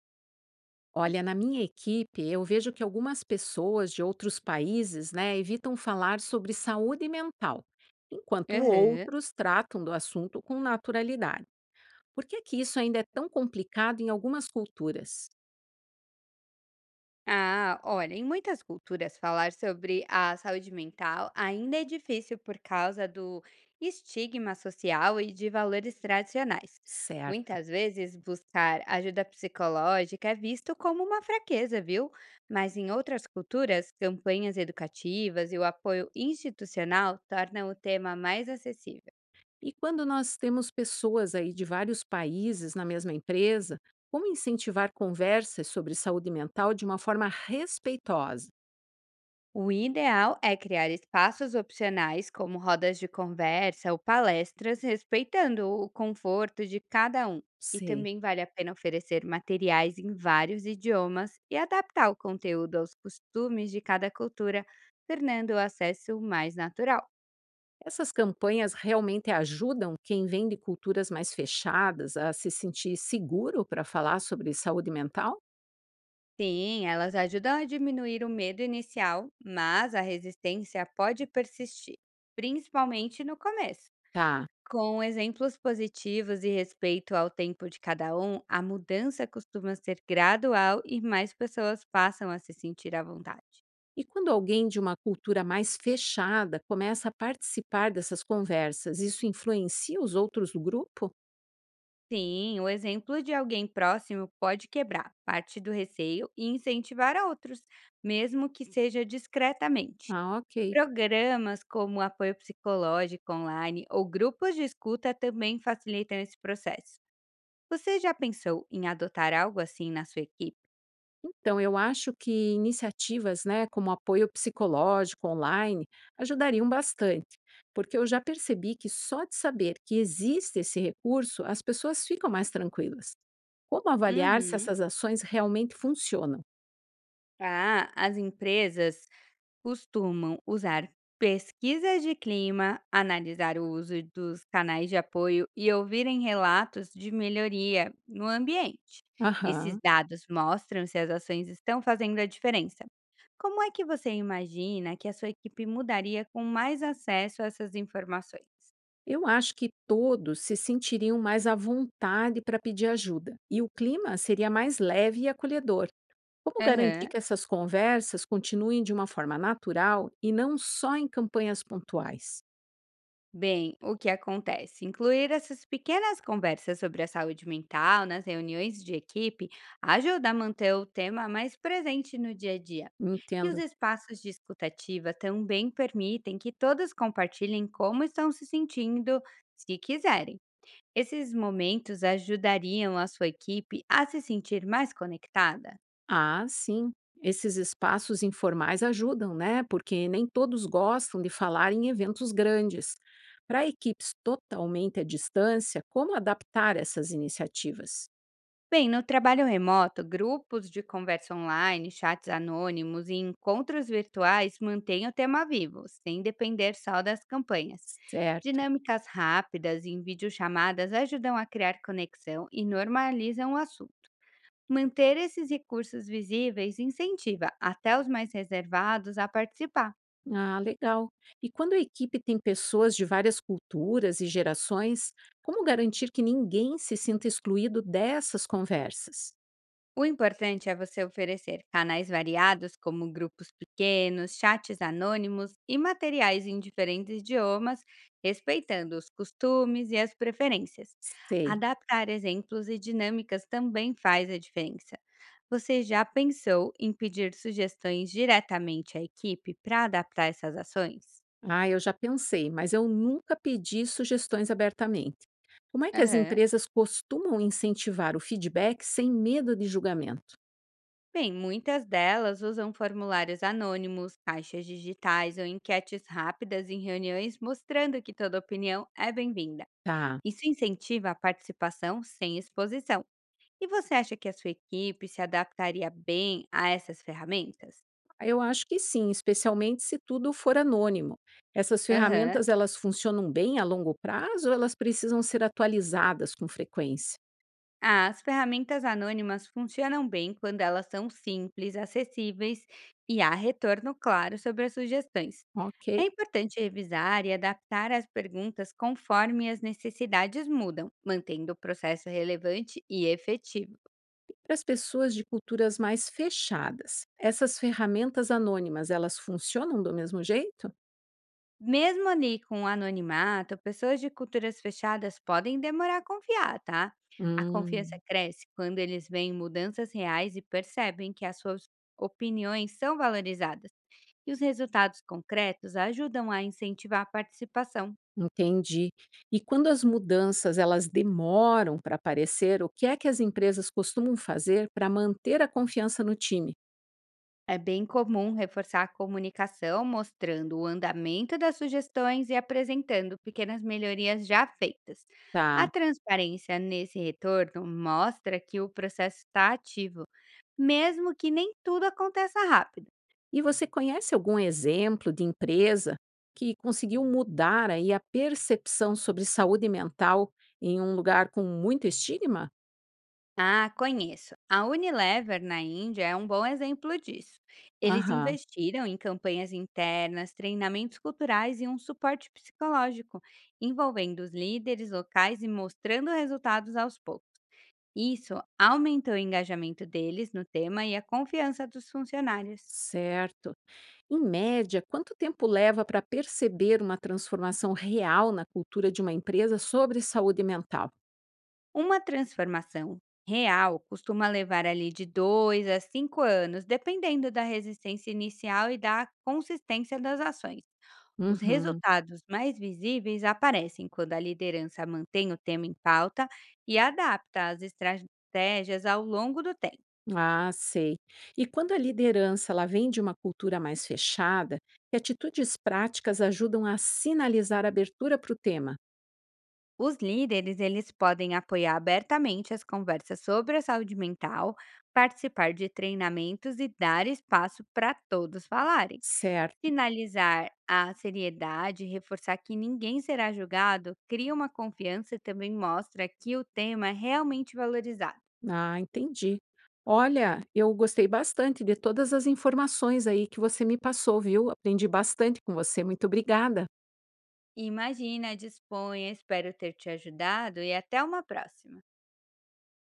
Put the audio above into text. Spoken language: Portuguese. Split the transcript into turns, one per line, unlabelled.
Olha, na minha equipe, eu vejo que algumas pessoas de outros países, né, evitam falar sobre saúde mental, enquanto
Aham.
outros tratam do assunto com naturalidade. Por que isso ainda é tão complicado em algumas culturas?
Ah, olha, em muitas culturas, falar sobre a saúde mental ainda é difícil por causa do estigma social e de valores tradicionais.
Certo.
Muitas vezes, buscar ajuda psicológica é visto como uma fraqueza, viu? Mas em outras culturas, campanhas educativas e o apoio institucional tornam o tema mais acessível.
E quando nós temos pessoas aí de vários países na mesma empresa, como incentivar conversas sobre saúde mental de uma forma respeitosa?
O ideal é criar espaços opcionais, como rodas de conversa ou palestras, respeitando o conforto de cada um. E
Sei.
também vale a pena oferecer materiais em vários idiomas e adaptar o conteúdo aos costumes de cada cultura, tornando o acesso mais natural.
Essas campanhas realmente ajudam quem vem de culturas mais fechadas a se sentir seguro para falar sobre saúde mental?
Sim, elas ajudam a diminuir o medo inicial, mas a resistência pode persistir, principalmente no começo.
Tá.
Com exemplos positivos e respeito ao tempo de cada um, a mudança costuma ser gradual e mais pessoas passam a se sentir à vontade.
E quando alguém de uma cultura mais fechada começa a participar dessas conversas, isso influencia os outros do grupo?
Sim, o exemplo de alguém próximo pode quebrar parte do receio e incentivar a outros, mesmo que seja discretamente.
Ah, ok.
Programas como apoio psicológico online ou grupos de escuta também facilitam esse processo. Você já pensou em adotar algo assim na sua equipe?
Então, eu acho que iniciativas, né, como apoio psicológico online, ajudariam bastante, porque eu já percebi que só de saber que existe esse recurso, as pessoas ficam mais tranquilas. Como avaliar se
Uhum.
essas ações realmente funcionam?
Ah, as empresas costumam usar pesquisas de clima, analisar o uso dos canais de apoio e ouvirem relatos de melhoria no ambiente. Esses
Aham.
dados mostram se as ações estão fazendo a diferença. Como é que você imagina que a sua equipe mudaria com mais acesso a essas informações?
Eu acho que todos se sentiriam mais à vontade para pedir ajuda e o clima seria mais leve e acolhedor. Como garantir
Aham.
que essas conversas continuem de uma forma natural e não só em campanhas pontuais?
Bem, o que acontece? Incluir essas pequenas conversas sobre a saúde mental nas reuniões de equipe ajuda a manter o tema mais presente no dia a dia. E os
Entendo.
espaços de escutativa também permitem que todos compartilhem como estão se sentindo, se quiserem. Esses momentos ajudariam a sua equipe a se sentir mais conectada?
Ah, sim. Esses espaços informais ajudam, né? Porque nem todos gostam de falar em eventos grandes. Para equipes totalmente à distância, como adaptar essas iniciativas?
Bem, no trabalho remoto, grupos de conversa online, chats anônimos e encontros virtuais mantêm o tema vivo, sem depender só das campanhas.
Certo.
Dinâmicas rápidas em videochamadas ajudam a criar conexão e normalizam o assunto. Manter esses recursos visíveis incentiva até os mais reservados a participar.
Ah, legal. E quando a equipe tem pessoas de várias culturas e gerações, como garantir que ninguém se sinta excluído dessas conversas?
O importante é você oferecer canais variados, como grupos pequenos, chats anônimos e materiais em diferentes idiomas, respeitando os costumes e as preferências.
Sei.
Adaptar exemplos e dinâmicas também faz a diferença. Você já pensou em pedir sugestões diretamente à equipe para adaptar essas ações?
Ah, eu já pensei, mas eu nunca pedi sugestões abertamente. Como é que as
Aham.
empresas costumam incentivar o feedback sem medo de julgamento?
Bem, muitas delas usam formulários anônimos, caixas digitais ou enquetes rápidas em reuniões, mostrando que toda opinião é bem-vinda.
Tá.
Isso incentiva a participação sem exposição. E você acha que a sua equipe se adaptaria bem a essas ferramentas?
Eu acho que sim, especialmente se tudo for anônimo. Essas
Aham.
ferramentas, elas funcionam bem a longo prazo ou elas precisam ser atualizadas com frequência?
Ah, as ferramentas anônimas funcionam bem quando elas são simples, acessíveis e há retorno claro sobre as sugestões.
Ok.
É importante revisar e adaptar as perguntas conforme as necessidades mudam, mantendo o processo relevante e efetivo.
Para as pessoas de culturas mais fechadas, essas ferramentas anônimas, elas funcionam do mesmo jeito?
Mesmo ali com o anonimato, pessoas de culturas fechadas podem demorar a confiar, tá? A confiança
Hum.
cresce quando eles veem mudanças reais e percebem que as suas opiniões são valorizadas. E os resultados concretos ajudam a incentivar a participação.
Entendi. E quando as mudanças elas demoram para aparecer, o que é que as empresas costumam fazer para manter a confiança no time?
É bem comum reforçar a comunicação, mostrando o andamento das sugestões e apresentando pequenas melhorias já feitas. A
Tá.
transparência nesse retorno mostra que o processo está ativo, mesmo que nem tudo aconteça rápido.
E você conhece algum exemplo de empresa que conseguiu mudar aí a percepção sobre saúde mental em um lugar com muito estigma?
Ah, conheço. A Unilever na Índia é um bom exemplo disso. Eles
Aham,
investiram em campanhas internas, treinamentos culturais e um suporte psicológico, envolvendo os líderes locais e mostrando resultados aos poucos. Isso aumentou o engajamento deles no tema e a confiança dos funcionários.
certo. Em média, quanto tempo leva para perceber uma transformação real na cultura de uma empresa sobre saúde mental?
Uma transformação real costuma levar ali de 2 a 5 anos, dependendo da resistência inicial e da consistência das ações. Os
Uhum.
resultados mais visíveis aparecem quando a liderança mantém o tema em pauta e adapta as estratégias ao longo do tempo.
Ah, sei. E quando a liderança ela vem de uma cultura mais fechada, que atitudes práticas ajudam a sinalizar abertura para o tema?
Os líderes, eles podem apoiar abertamente as conversas sobre a saúde mental, participar de treinamentos e dar espaço para todos falarem.
Certo.
Sinalizar a seriedade e reforçar que ninguém será julgado cria uma confiança e também mostra que o tema é realmente valorizado.
Ah, entendi. Olha, eu gostei bastante de todas as informações aí que você me passou, viu? Aprendi bastante com você. Muito obrigada.
Imagina, disponha, espero ter te ajudado e até uma próxima!